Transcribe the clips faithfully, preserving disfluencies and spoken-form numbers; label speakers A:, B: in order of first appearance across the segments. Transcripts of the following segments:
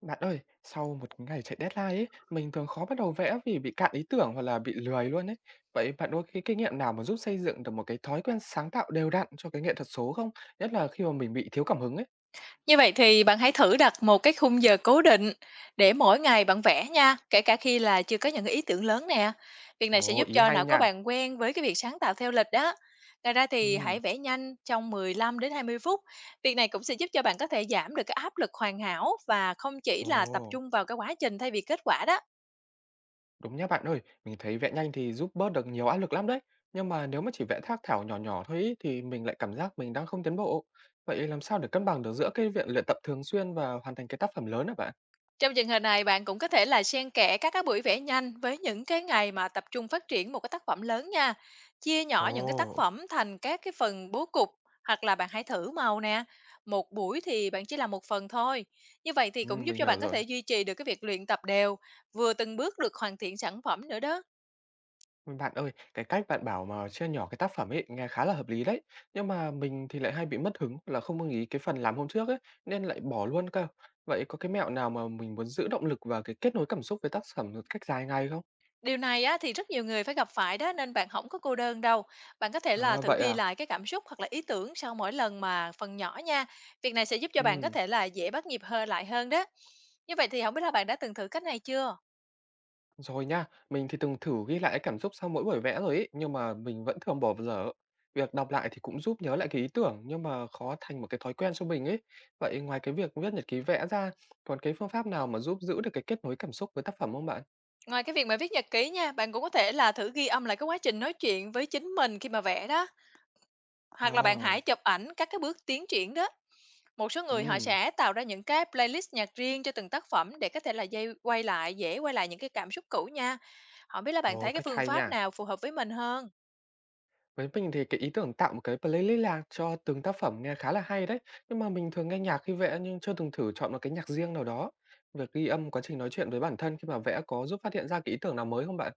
A: Bạn ơi, sau một cái ngày chạy deadline ấy, mình thường khó bắt đầu vẽ vì bị cạn ý tưởng hoặc là bị lười luôn ấy. Vậy bạn có cái kinh nghiệm nào mà giúp xây dựng được một cái thói quen sáng tạo đều đặn cho cái nghệ thuật số không? Nhất là khi mà mình bị thiếu cảm hứng ấy.
B: Như vậy thì bạn hãy thử đặt một cái khung giờ cố định để mỗi ngày bạn vẽ nha, kể cả khi là chưa có những cái ý tưởng lớn nè. Việc này sẽ
A: Ồ,
B: giúp
A: ý
B: cho
A: hay
B: não của
A: nha.
B: bạn quen với cái việc sáng tạo theo lịch đó. Ngoài ra thì hãy
A: Ừm,
B: vẽ nhanh trong mười lăm đến hai mươi phút. Việc này cũng sẽ giúp cho bạn có thể giảm được cái áp lực hoàn hảo và không chỉ
A: ồ,
B: là tập trung vào cái quá trình thay vì kết quả đó.
A: Đúng nhá bạn ơi, mình thấy vẽ nhanh thì giúp bớt được nhiều áp lực lắm đấy. Nhưng mà nếu mà chỉ vẽ thác thảo nhỏ nhỏ thôi ý, thì mình lại cảm giác mình đang không tiến bộ. Vậy làm sao để cân bằng được giữa cái việc luyện tập thường xuyên và hoàn thành cái tác phẩm lớn hả bạn?
B: Trong trường hợp này, bạn cũng có thể là xen kẽ các cái buổi vẽ nhanh với những cái ngày mà tập trung phát triển một cái tác phẩm lớn nha. Chia nhỏ những cái tác
A: Ồ,
B: phẩm thành các cái phần bố cục, hoặc là bạn hãy thử màu nè. Một buổi thì bạn chỉ làm một phần thôi. Như vậy thì cũng
A: ừm,
B: giúp
A: mình
B: cho
A: hiểu
B: bạn có
A: rồi.
B: thể duy trì được cái việc luyện tập đều, vừa từng bước được hoàn thiện sản phẩm nữa đó.
A: Bạn ơi, cái cách bạn bảo mà chia nhỏ cái tác phẩm ấy nghe khá là hợp lý đấy. Nhưng mà mình thì lại hay bị mất hứng là không ưng ý cái phần làm hôm trước ấy, nên lại bỏ luôn cơ. Vậy có cái mẹo nào mà mình muốn giữ động lực và cái kết nối cảm xúc với tác phẩm một cách dài ngày không?
B: Điều này á, thì rất nhiều người phải gặp phải đó, nên bạn không có cô đơn đâu. Bạn có thể là
A: À,
B: thử
A: vậy
B: ghi
A: à?
B: lại cái cảm xúc hoặc là ý tưởng sau mỗi lần mà phần nhỏ nha. Việc này sẽ giúp cho bạn có
A: Ừ,
B: thể là dễ bắt nhịp hơn lại hơn đó. Như vậy thì không biết là bạn đã từng thử cách này chưa?
A: rồi nha. Mình thì từng thử ghi lại cảm xúc sau mỗi buổi vẽ rồi ấy, nhưng mà mình vẫn thường bỏ dở. Việc đọc lại thì cũng giúp nhớ lại cái ý tưởng, nhưng mà khó thành một cái thói quen cho mình ấy. Vậy ngoài cái việc viết nhật ký vẽ ra, còn cái phương pháp nào mà giúp giữ được cái kết nối cảm xúc với tác phẩm không bạn?
B: Ngoài cái việc mà viết nhật ký nha, bạn cũng có thể là thử ghi âm lại cái quá trình nói chuyện với chính mình khi mà vẽ đó. Hoặc là bạn
A: Ờ,
B: hãy chụp ảnh các cái bước tiến triển đó. Một số người họ
A: ừm,
B: sẽ tạo ra những cái playlist nhạc riêng cho từng tác phẩm để có thể là dây quay lại, dễ quay lại những cái cảm xúc cũ nha. Hổng biết là bạn
A: Ồ,
B: thấy cái
A: cách
B: phương
A: hay
B: pháp
A: nha.
B: nào phù hợp với mình hơn?
A: Với mình thì cái ý tưởng tạo một cái playlist nhạc cho từng tác phẩm nghe khá là hay đấy. Nhưng mà mình thường nghe nhạc khi vẽ nhưng chưa từng thử chọn một cái nhạc riêng nào đó. Việc ghi âm quá trình nói chuyện với bản thân khi mà vẽ có giúp phát hiện ra cái ý tưởng nào mới không bạn?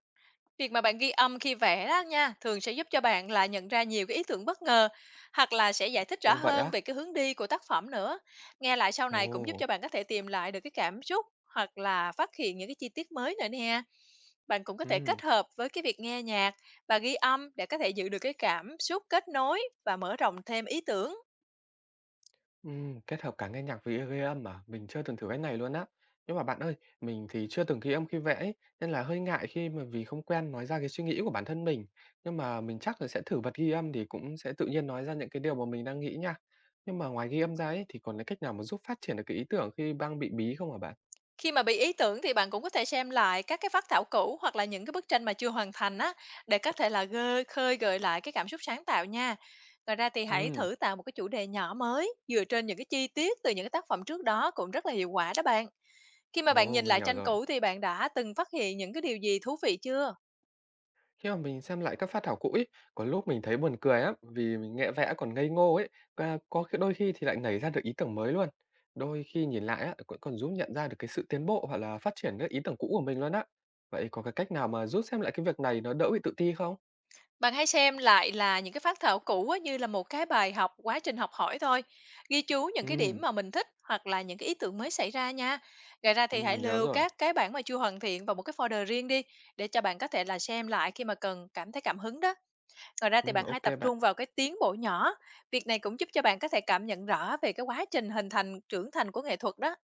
B: Việc mà bạn ghi âm khi vẽ đó nha, thường sẽ giúp cho bạn là nhận ra nhiều cái ý tưởng bất ngờ, hoặc là sẽ giải thích rõ
A: Ồ, vậy
B: hơn
A: á?
B: về cái hướng đi của tác phẩm nữa. Nghe lại sau này cũng giúp
A: Ồ,
B: cho bạn có thể tìm lại được cái cảm xúc hoặc là phát hiện những cái chi tiết mới nữa nè. Bạn cũng có thể kết
A: ừm.
B: hợp với cái việc nghe nhạc và ghi âm để có thể giữ được cái cảm xúc kết nối và mở rộng thêm ý tưởng.
A: Ừm, kết hợp cả nghe nhạc với gây âm à? Mình chưa từng thử cái này luôn á. Nhưng mà bạn ơi, mình thì chưa từng ghi âm khi vẽ ấy, nên là hơi ngại khi mà vì không quen nói ra cái suy nghĩ của bản thân mình. Nhưng mà mình chắc là sẽ thử bật ghi âm thì cũng sẽ tự nhiên nói ra những cái điều mà mình đang nghĩ nha. Nhưng mà ngoài ghi âm ra ấy thì còn cái cách nào mà giúp phát triển được cái ý tưởng khi đang bị bí không hả bạn?
B: Khi mà bị ý tưởng thì bạn cũng có thể xem lại các cái phác thảo cũ hoặc là những cái bức tranh mà chưa hoàn thành á, để có thể là gơi khơi gợi lại cái cảm xúc sáng tạo nha. Ngoài ra thì hãy
A: Ừm,
B: thử tạo một cái chủ đề nhỏ mới dựa trên những cái chi tiết từ những cái tác phẩm trước đó cũng rất là hiệu quả đó bạn. Khi mà bạn
A: ồ,
B: nhìn
A: mình
B: lại
A: hiểu
B: tranh
A: rồi.
B: cũ thì bạn đã từng phát hiện những cái điều gì thú vị chưa?
A: Khi mà mình xem lại các phát thảo cũ ấy, có lúc mình thấy buồn cười lắm vì mình nghệ vẽ còn ngây ngô ấy, và có khi đôi khi thì lại nảy ra được ý tưởng mới luôn. Đôi khi nhìn lại á, cũng còn giúp nhận ra được cái sự tiến bộ hoặc là phát triển các ý tưởng cũ của mình luôn á. Vậy có cái cách nào mà giúp xem lại cái việc này nó đỡ bị tự ti không?
B: Bạn hãy xem lại là những cái phát thảo cũ á, như là một cái bài học, quá trình học hỏi thôi. Ghi chú những cái điểm
A: Ừ,
B: mà mình thích hoặc là những cái ý tưởng mới xảy ra nha. Ngoài ra
A: ừ,
B: thì hãy
A: mình nhớ
B: lưu
A: rồi.
B: các cái bản mà chưa hoàn thiện vào một cái folder riêng đi, để cho bạn có thể là xem lại khi mà cần cảm thấy cảm hứng đó. Ngoài ra thì
A: Ừ,
B: bạn hãy
A: ok
B: tập
A: bạn.
B: trung vào cái tiến bộ nhỏ. Việc này cũng giúp cho bạn có thể cảm nhận rõ về cái quá trình hình thành, trưởng thành của nghệ thuật đó.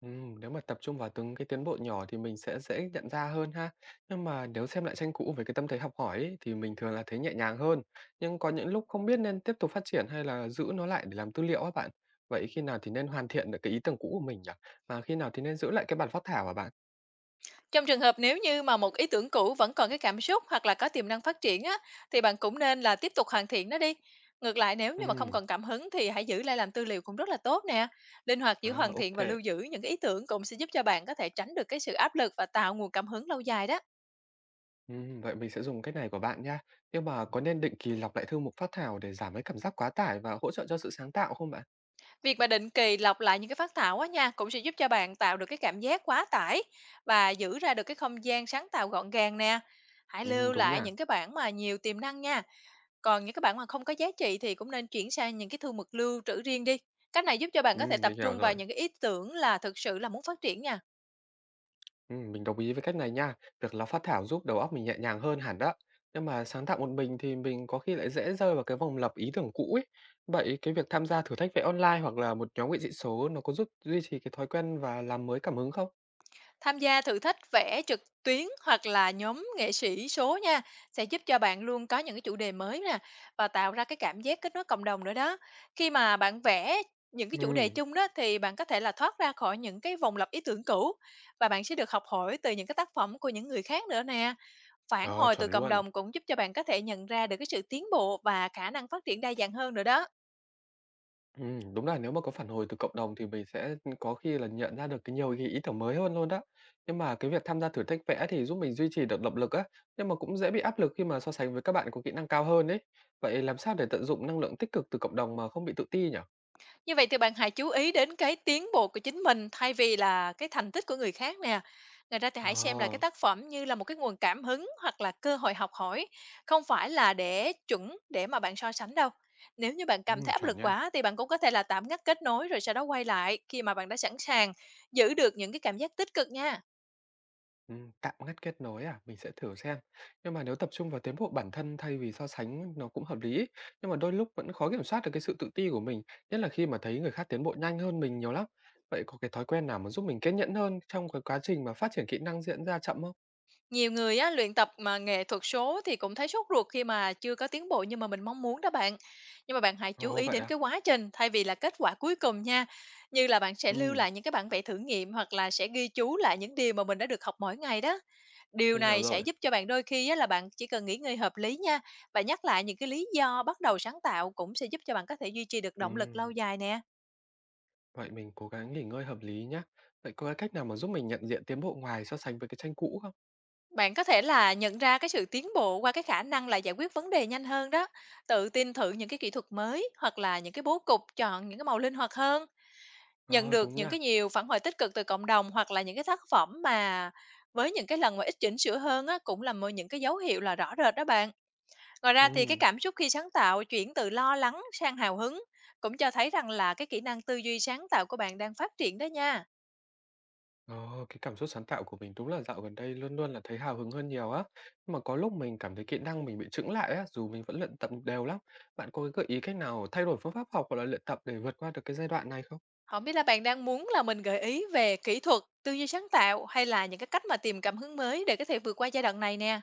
A: Ừm, nếu mà tập trung vào từng cái tiến bộ nhỏ thì mình sẽ dễ nhận ra hơn ha. Nhưng mà nếu xem lại tranh cũ với cái tâm thế học hỏi ấy, thì mình thường là thấy nhẹ nhàng hơn. Nhưng có những lúc không biết nên tiếp tục phát triển hay là giữ nó lại để làm tư liệu á bạn. Vậy khi nào thì nên hoàn thiện được cái ý tưởng cũ của mình nhỉ? Mà khi nào thì nên giữ lại cái bản phác thảo hả bạn?
B: Trong trường hợp nếu như mà một ý tưởng cũ vẫn còn cái cảm xúc hoặc là có tiềm năng phát triển á, thì bạn cũng nên là tiếp tục hoàn thiện nó đi. Ngược lại, nếu
A: Ừ,
B: như mà không còn cảm hứng thì hãy giữ lại làm tư liệu cũng rất là tốt nè. Linh hoạt giữa
A: À,
B: hoàn thiện
A: ok.
B: và lưu giữ những cái ý tưởng cũng sẽ giúp cho bạn có thể tránh được cái sự áp lực và tạo nguồn cảm hứng lâu dài đó.
A: Ừm, vậy mình sẽ dùng cái này của bạn nha. Nhưng mà có nên định kỳ lọc lại thư mục phát thảo để giảm cái cảm giác quá tải và hỗ trợ cho sự sáng tạo không bạn?
B: Việc mà định kỳ lọc lại những cái phát thảo á nha, cũng sẽ giúp cho bạn tạo được cái cảm giác quá tải và giữ ra được cái không gian sáng tạo gọn gàng nè. Hãy lưu
A: Ừm, đúng nhỉ?
B: lại những cái bản mà nhiều tiềm năng nha. Còn những cái bản mà không có giá trị thì cũng nên chuyển sang những cái thư mục lưu trữ riêng đi. Cách này giúp cho bạn có thể
A: Ừm,
B: tập
A: mình hiểu
B: trung vào
A: rồi.
B: những cái ý tưởng là thực sự là muốn phát triển nha.
A: Ừm, mình đồng ý với cách này nha. Việc là phát thảo giúp đầu óc mình nhẹ nhàng hơn hẳn đó. Nhưng mà sáng tạo một mình thì mình có khi lại dễ rơi vào cái vòng lặp ý tưởng cũ ấy. Vậy cái việc tham gia thử thách vẽ online hoặc là một nhóm nghệ sĩ số nó có giúp duy trì cái thói quen và làm mới cảm hứng không?
B: Tham gia thử thách vẽ trực tuyến hoặc là nhóm nghệ sĩ số nha, sẽ giúp cho bạn luôn có những cái chủ đề mới nè và tạo ra cái cảm giác kết nối cộng đồng nữa đó. Khi mà bạn vẽ những cái chủ đề
A: Ừ
B: chung đó thì bạn có thể là thoát ra khỏi những cái vòng lặp ý tưởng cũ, và bạn sẽ được học hỏi từ những cái tác phẩm của những người khác nữa nè. Phản
A: ờ,
B: hồi từ
A: chuẩn
B: cộng
A: luôn.
B: đồng cũng giúp cho bạn có thể nhận ra được cái sự tiến bộ và khả năng phát triển đa dạng hơn nữa đó.
A: Ừm, đúng là nếu mà có phản hồi từ cộng đồng thì mình sẽ, có khi là nhận ra được cái nhiều cái ý tưởng mới hơn luôn đó. Nhưng mà cái việc tham gia thử thách vẽ thì giúp mình duy trì được động lực á, nhưng mà cũng dễ bị áp lực khi mà so sánh với các bạn có kỹ năng cao hơn ấy. Vậy làm sao để tận dụng năng lượng tích cực từ cộng đồng mà không bị tự ti nhỉ?
B: Như vậy thì bạn hãy chú ý đến cái tiến bộ của chính mình thay vì là cái thành tích của người khác nè. Ngoài ra thì hãy xem là cái
A: Ờ.
B: tác phẩm như là một cái nguồn cảm hứng hoặc là cơ hội học hỏi, không phải là để chuẩn để mà bạn so sánh đâu. Nếu như bạn cảm thấy
A: Ừm,
B: áp
A: chuẩn
B: lực
A: nha.
B: quá thì bạn cũng có thể là tạm ngắt kết nối rồi sau đó quay lại khi mà bạn đã sẵn sàng, giữ được những cái cảm giác tích cực nha.
A: Ừm, tạm ngắt kết nối à? Mình sẽ thử xem. Nhưng mà nếu tập trung vào tiến bộ bản thân thay vì so sánh nó cũng hợp lý. Nhưng mà đôi lúc vẫn khó kiểm soát được cái sự tự ti của mình, nhất là khi mà thấy người khác tiến bộ nhanh hơn mình nhiều lắm. Vậy có cái thói quen nào mà giúp mình kiên nhẫn hơn trong cái quá trình mà phát triển kỹ năng diễn ra chậm không?
B: Nhiều người á, luyện tập mà nghệ thuật số thì cũng thấy sốt ruột khi mà chưa có tiến bộ nhưng mà mình mong muốn đó bạn. Nhưng mà bạn hãy chú
A: Ồ
B: ý
A: vậy
B: đến
A: à?
B: cái quá trình thay vì là kết quả cuối cùng nha. Như là bạn sẽ lưu
A: Ừm,
B: lại những cái bản vẽ thử nghiệm hoặc là sẽ ghi chú lại những điều mà mình đã được học mỗi ngày đó. Điều
A: mình hiểu
B: này sẽ
A: rồi.
B: giúp cho bạn đôi khi á, là bạn chỉ cần nghỉ ngơi hợp lý nha, và nhắc lại những cái lý do bắt đầu sáng tạo cũng sẽ giúp cho bạn có thể duy trì được động lực lâu
A: Ừm,
B: dài nè.
A: vậy mình cố gắng nghỉ ngơi hợp lý nhá. Vậy có cái cách nào mà giúp mình nhận diện tiến bộ ngoài so sánh với cái tranh cũ không?
B: Bạn có thể là nhận ra cái sự tiến bộ qua cái khả năng là giải quyết vấn đề nhanh hơn đó, tự tin thử những cái kỹ thuật mới hoặc là những cái bố cục, chọn những cái màu linh hoạt hơn, nhận
A: Ờ
B: được
A: đúng
B: những cái
A: nha.
B: nhiều phản hồi tích cực từ cộng đồng hoặc là những cái tác phẩm mà với những cái lần mà ít chỉnh sửa hơn á, cũng là một những cái dấu hiệu là rõ rệt đó bạn. Ngoài ra thì cái
A: Ừm.
B: cảm xúc khi sáng tạo chuyển từ lo lắng sang hào hứng cũng cho thấy rằng là cái kỹ năng tư duy sáng tạo của bạn đang phát triển đó nha.
A: Ờ, cái cảm xúc sáng tạo của mình đúng là dạo gần đây luôn luôn là thấy hào hứng hơn nhiều á. Nhưng mà có lúc mình cảm thấy kỹ năng mình bị chững lại á, dù mình vẫn luyện tập đều lắm. Bạn có cái gợi ý cách nào thay đổi phương pháp học hoặc là luyện tập để vượt qua được cái giai đoạn này không?
B: Không biết là bạn đang muốn là mình gợi ý về kỹ thuật, tư duy sáng tạo hay là những cái cách mà tìm cảm hứng mới để có thể vượt qua giai đoạn này nè?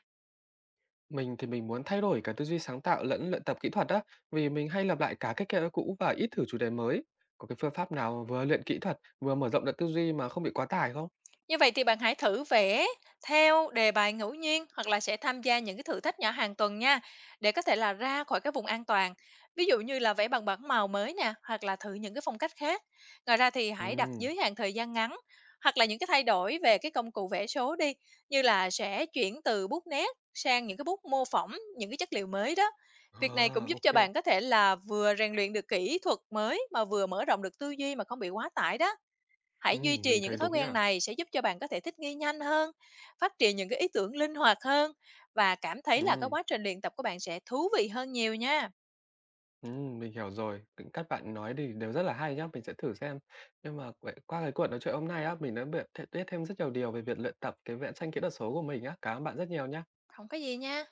A: Mình thì mình muốn thay đổi cả tư duy sáng tạo lẫn luyện tập kỹ thuật á, vì mình hay lặp lại cả cái kẹo cũ và ít thử chủ đề mới. Có cái phương pháp nào vừa luyện kỹ thuật, vừa mở rộng được tư duy mà không bị quá tải không?
B: Như vậy thì bạn hãy thử vẽ theo đề bài ngẫu nhiên hoặc là sẽ tham gia những cái thử thách nhỏ hàng tuần nha, để có thể là ra khỏi cái vùng an toàn. Ví dụ như là vẽ bằng bảng màu mới nè hoặc là thử những cái phong cách khác. Ngoài ra thì hãy đặt
A: Ừ,
B: giới hạn thời gian ngắn hoặc là những cái thay đổi về cái công cụ vẽ số đi, như là sẽ chuyển từ bút nét sang những cái bút mô phỏng những cái chất liệu mới đó. Việc này cũng
A: à,
B: giúp cho
A: ok.
B: bạn có thể là vừa rèn luyện được kỹ thuật mới mà vừa mở rộng được tư duy mà không bị quá tải đó.
A: Ừ,
B: Hãy duy trì
A: mình
B: những cái
A: thấy
B: thói
A: đúng nhỉ?
B: quen này sẽ giúp cho bạn có thể thích nghi nhanh hơn, phát triển những cái ý tưởng linh hoạt hơn và cảm thấy là cái
A: Ừ.
B: quá trình luyện tập của bạn sẽ thú vị hơn nhiều nha.
A: Ừm, mình hiểu rồi. C các bạn nói thì đều rất là hay nhá, mình sẽ thử xem. Nhưng mà vậy qua cái cuộc nói chuyện hôm nay á, mình đã biết biết thêm rất nhiều điều về việc luyện tập cái vẽ tranh kỹ thuật số của mình á. Cảm ơn bạn rất nhiều nhá.
B: Không có gì nha.